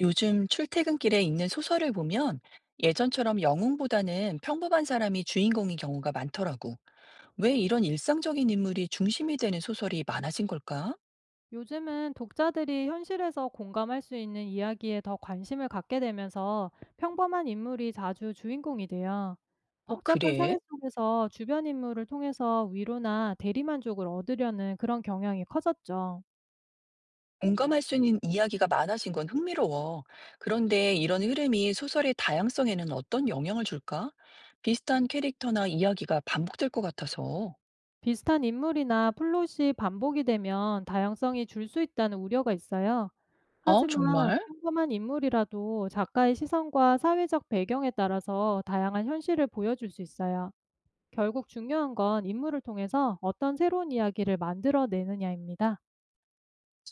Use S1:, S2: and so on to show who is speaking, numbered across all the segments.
S1: 요즘 출퇴근길에 읽는 소설을 보면 예전처럼 영웅보다는 평범한 사람이 주인공인 경우가 많더라고. 왜 이런 일상적인 인물이 중심이 되는 소설이 많아진 걸까?
S2: 요즘은 독자들이 현실에서 공감할 수 있는 이야기에 더 관심을 갖게 되면서 평범한 인물이 자주 주인공이 돼요.
S1: 아,
S2: 복잡한 사회
S1: 그래?
S2: 속에서 주변 인물을 통해서 위로나 대리만족을 얻으려는 그런 경향이 커졌죠.
S1: 공감할 수 있는 이야기가 많아진 건 흥미로워. 그런데 이런 흐름이 소설의 다양성에는 어떤 영향을 줄까? 비슷한 캐릭터나 이야기가 반복될 것 같아서.
S2: 비슷한 인물이나 플롯이 반복이 되면 다양성이 줄 수 있다는 우려가 있어요.
S1: 어,
S2: 하지만
S1: 정말?
S2: 평범한 인물이라도 작가의 시선과 사회적 배경에 따라서 다양한 현실을 보여줄 수 있어요. 결국 중요한 건 인물을 통해서 어떤 새로운 이야기를 만들어내느냐입니다.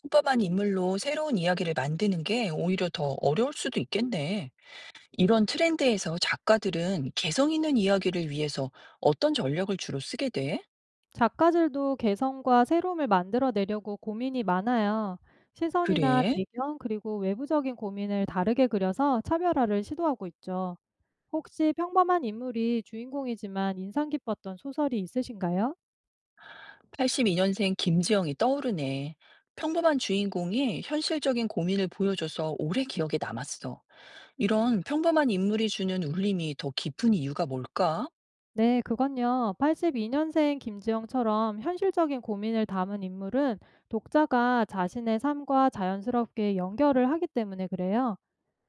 S1: 평범한 인물로 새로운 이야기를 만드는 게 오히려 더 어려울 수도 있겠네. 이런 트렌드에서 작가들은 개성 있는 이야기를 위해서 어떤 전략을 주로 쓰게 돼?
S2: 작가들도 개성과 새로움을 만들어내려고 고민이 많아요. 시선이나
S1: 그래?
S2: 배경, 그리고 외부적인 고민을 다르게 그려서 차별화를 시도하고 있죠. 혹시 평범한 인물이 주인공이지만 인상 깊었던 소설이 있으신가요?
S1: 82년생 김지영이 떠오르네. 평범한 주인공이 현실적인 고민을 보여줘서 오래 기억에 남았어. 이런 평범한 인물이 주는 울림이 더 깊은 이유가 뭘까?
S2: 네, 그건요. 82년생 김지영처럼 현실적인 고민을 담은 인물은 독자가 자신의 삶과 자연스럽게 연결을 하기 때문에 그래요.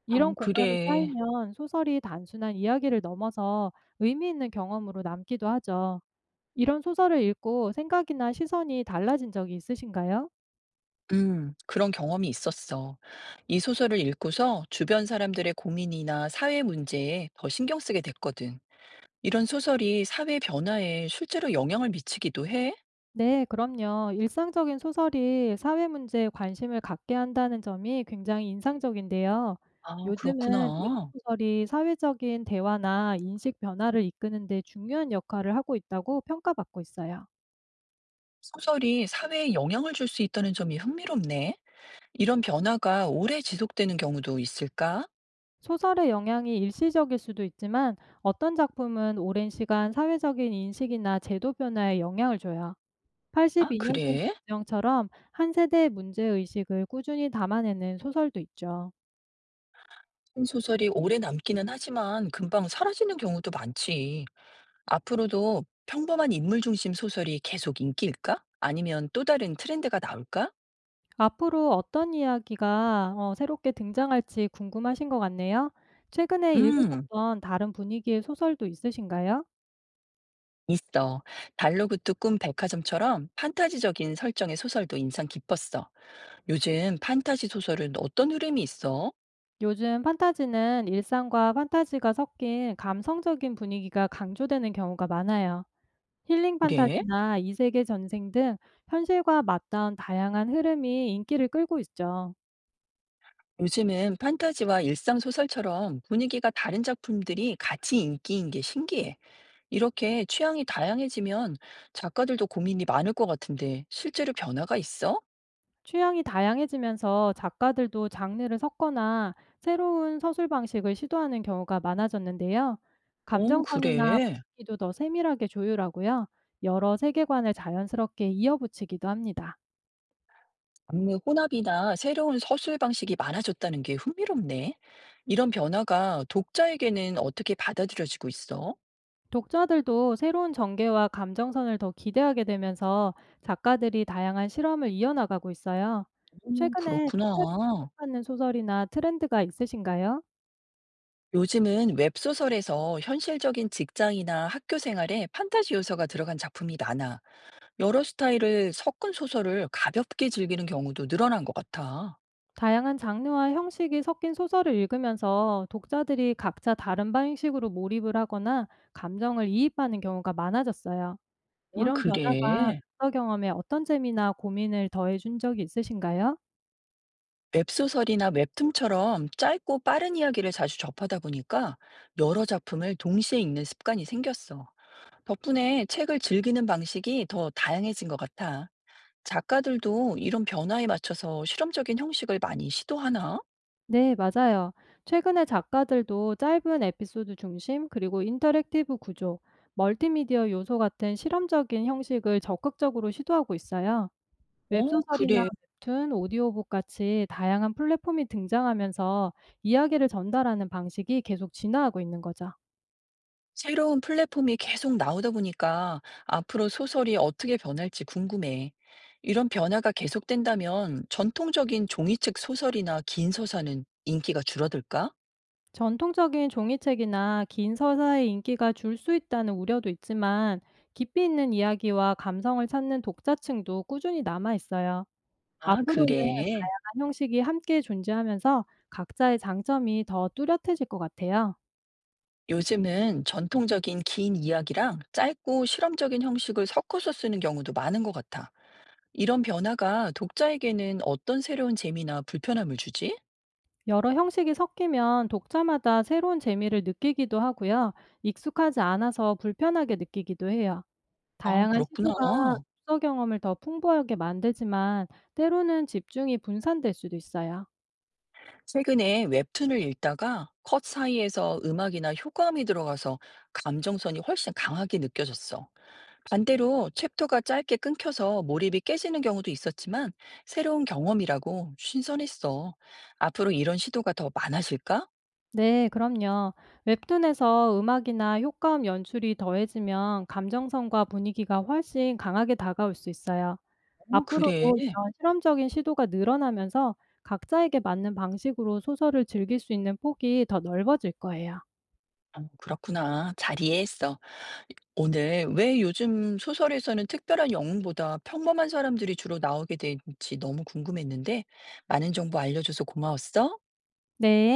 S2: 이런
S1: 아,
S2: 공감이
S1: 그래.
S2: 쌓이면 소설이 단순한 이야기를 넘어서 의미 있는 경험으로 남기도 하죠. 이런 소설을 읽고 생각이나 시선이 달라진 적이 있으신가요?
S1: 그런 경험이 있었어. 이 소설을 읽고서 주변 사람들의 고민이나 사회 문제에 더 신경 쓰게 됐거든. 이런 소설이 사회 변화에 실제로 영향을 미치기도 해?
S2: 네, 그럼요. 일상적인 소설이 사회 문제에 관심을 갖게 한다는 점이 굉장히 인상적인데요.
S1: 아,
S2: 요즘은 이런
S1: 그렇구나.
S2: 소설이 사회적인 대화나 인식 변화를 이끄는 데 중요한 역할을 하고 있다고 평가받고 있어요.
S1: 소설이 사회에 영향을 줄 수 있다는 점이 흥미롭네. 이런 변화가 오래 지속되는 경우도 있을까?
S2: 소설의 영향이 일시적일 수도 있지만 어떤 작품은 오랜 시간 사회적인 인식이나 제도 변화에 영향을 줘요.
S1: 아,
S2: 82년생
S1: 그래?
S2: 김정처럼 한 세대의 문제의식을 꾸준히 담아내는 소설도 있죠.
S1: 한 소설이 오래 남기는 하지만 금방 사라지는 경우도 많지. 앞으로도 평범한 인물 중심 소설이 계속 인기일까? 아니면 또 다른 트렌드가 나올까?
S2: 앞으로 어떤 이야기가 새롭게 등장할지 궁금하신 것 같네요. 최근에
S1: 음,
S2: 읽으셨던 다른 분위기의 소설도 있으신가요?
S1: 있어. 달러구트 꿈 백화점처럼 판타지적인 설정의 소설도 인상 깊었어. 요즘 판타지 소설은 어떤 흐름이 있어?
S2: 요즘 판타지는 일상과 판타지가 섞인 감성적인 분위기가 강조되는 경우가 많아요. 힐링
S1: 그래?
S2: 판타지나 이세계 전생 등 현실과 맞닿은 다양한 흐름이 인기를 끌고 있죠.
S1: 요즘은 판타지와 일상 소설처럼 분위기가 다른 작품들이 같이 인기인 게 신기해. 이렇게 취향이 다양해지면 작가들도 고민이 많을 것 같은데 실제로 변화가 있어?
S2: 취향이 다양해지면서 작가들도 장르를 섞거나 새로운 서술 방식을 시도하는 경우가 많아졌는데요.
S1: 어,
S2: 감정선이나
S1: 그래.
S2: 분위기도 더 세밀하게 조율하고요. 여러 세계관을 자연스럽게 이어붙이기도 합니다.
S1: 장르 혼합이나 새로운 서술 방식이 많아졌다는 게 흥미롭네. 이런 변화가 독자에게는 어떻게 받아들여지고 있어?
S2: 독자들도 새로운 전개와 감정선을 더 기대하게 되면서 작가들이 다양한 실험을 이어나가고 있어요. 최근에
S1: 그렇구나.
S2: 특별히 주목받는 소설이나 트렌드가 있으신가요?
S1: 요즘은 웹소설에서 현실적인 직장이나 학교 생활에 판타지 요소가 들어간 작품이 많아. 여러 스타일을 섞은 소설을 가볍게 즐기는 경우도 늘어난 것 같아.
S2: 다양한 장르와 형식이 섞인 소설을 읽으면서 독자들이 각자 다른 방식으로 몰입을 하거나 감정을 이입하는 경우가 많아졌어요.
S1: 아,
S2: 이런 변화가
S1: 그래.
S2: 독서 경험에 어떤 재미나 고민을 더해준 적이 있으신가요?
S1: 웹소설이나 웹툰처럼 짧고 빠른 이야기를 자주 접하다 보니까 여러 작품을 동시에 읽는 습관이 생겼어. 덕분에 책을 즐기는 방식이 더 다양해진 것 같아. 작가들도 이런 변화에 맞춰서 실험적인 형식을 많이 시도하나?
S2: 네, 맞아요. 최근에 작가들도 짧은 에피소드 중심, 그리고 인터랙티브 구조, 멀티미디어 요소 같은 실험적인 형식을 적극적으로 시도하고 있어요.
S1: 어,
S2: 웹소설이나
S1: 그래.
S2: 웹툰, 오디오북 같이 다양한 플랫폼이 등장하면서 이야기를 전달하는 방식이 계속 진화하고 있는 거죠.
S1: 새로운 플랫폼이 계속 나오다 보니까 앞으로 소설이 어떻게 변할지 궁금해. 이런 변화가 계속된다면 전통적인 종이책 소설이나 긴 서사는 인기가 줄어들까?
S2: 전통적인 종이책이나 긴 서사의 인기가 줄 수 있다는 우려도 있지만 깊이 있는 이야기와 감성을 찾는 독자층도 꾸준히 남아 있어요.
S1: 아,
S2: 앞으로는
S1: 그래.
S2: 형식이 함께 존재하면서 각자의 장점이 더 뚜렷해질 것 같아요.
S1: 요즘은 전통적인 긴 이야기랑 짧고 실험적인 형식을 섞어서 쓰는 경우도 많은 것 같아. 이런 변화가 독자에게는 어떤 새로운 재미나 불편함을 주지?
S2: 여러 형식이 섞이면 독자마다 새로운 재미를 느끼기도 하고요. 익숙하지 않아서 불편하게 느끼기도 해요.
S1: 아,
S2: 다양한
S1: 그렇구나.
S2: 시도가 독서 경험을 더 풍부하게 만들지만 때로는 집중이 분산될 수도 있어요.
S1: 최근에 웹툰을 읽다가 컷 사이에서 음악이나 효과음이 들어가서 감정선이 훨씬 강하게 느껴졌어. 반대로 챕터가 짧게 끊겨서 몰입이 깨지는 경우도 있었지만 새로운 경험이라고 신선했어. 앞으로 이런 시도가 더 많아질까?
S2: 네, 그럼요. 웹툰에서 음악이나 효과음 연출이 더해지면 감정선과 분위기가 훨씬 강하게 다가올 수 있어요.
S1: 어,
S2: 앞으로도
S1: 그래.
S2: 이런 실험적인 시도가 늘어나면서 각자에게 맞는 방식으로 소설을 즐길 수 있는 폭이 더 넓어질 거예요.
S1: 어, 그렇구나. 잘 이해했어. 오늘 왜 요즘 소설에서는 특별한 영웅보다 평범한 사람들이 주로 나오게 되는지 너무 궁금했는데 많은 정보 알려줘서 고마웠어.
S2: 네.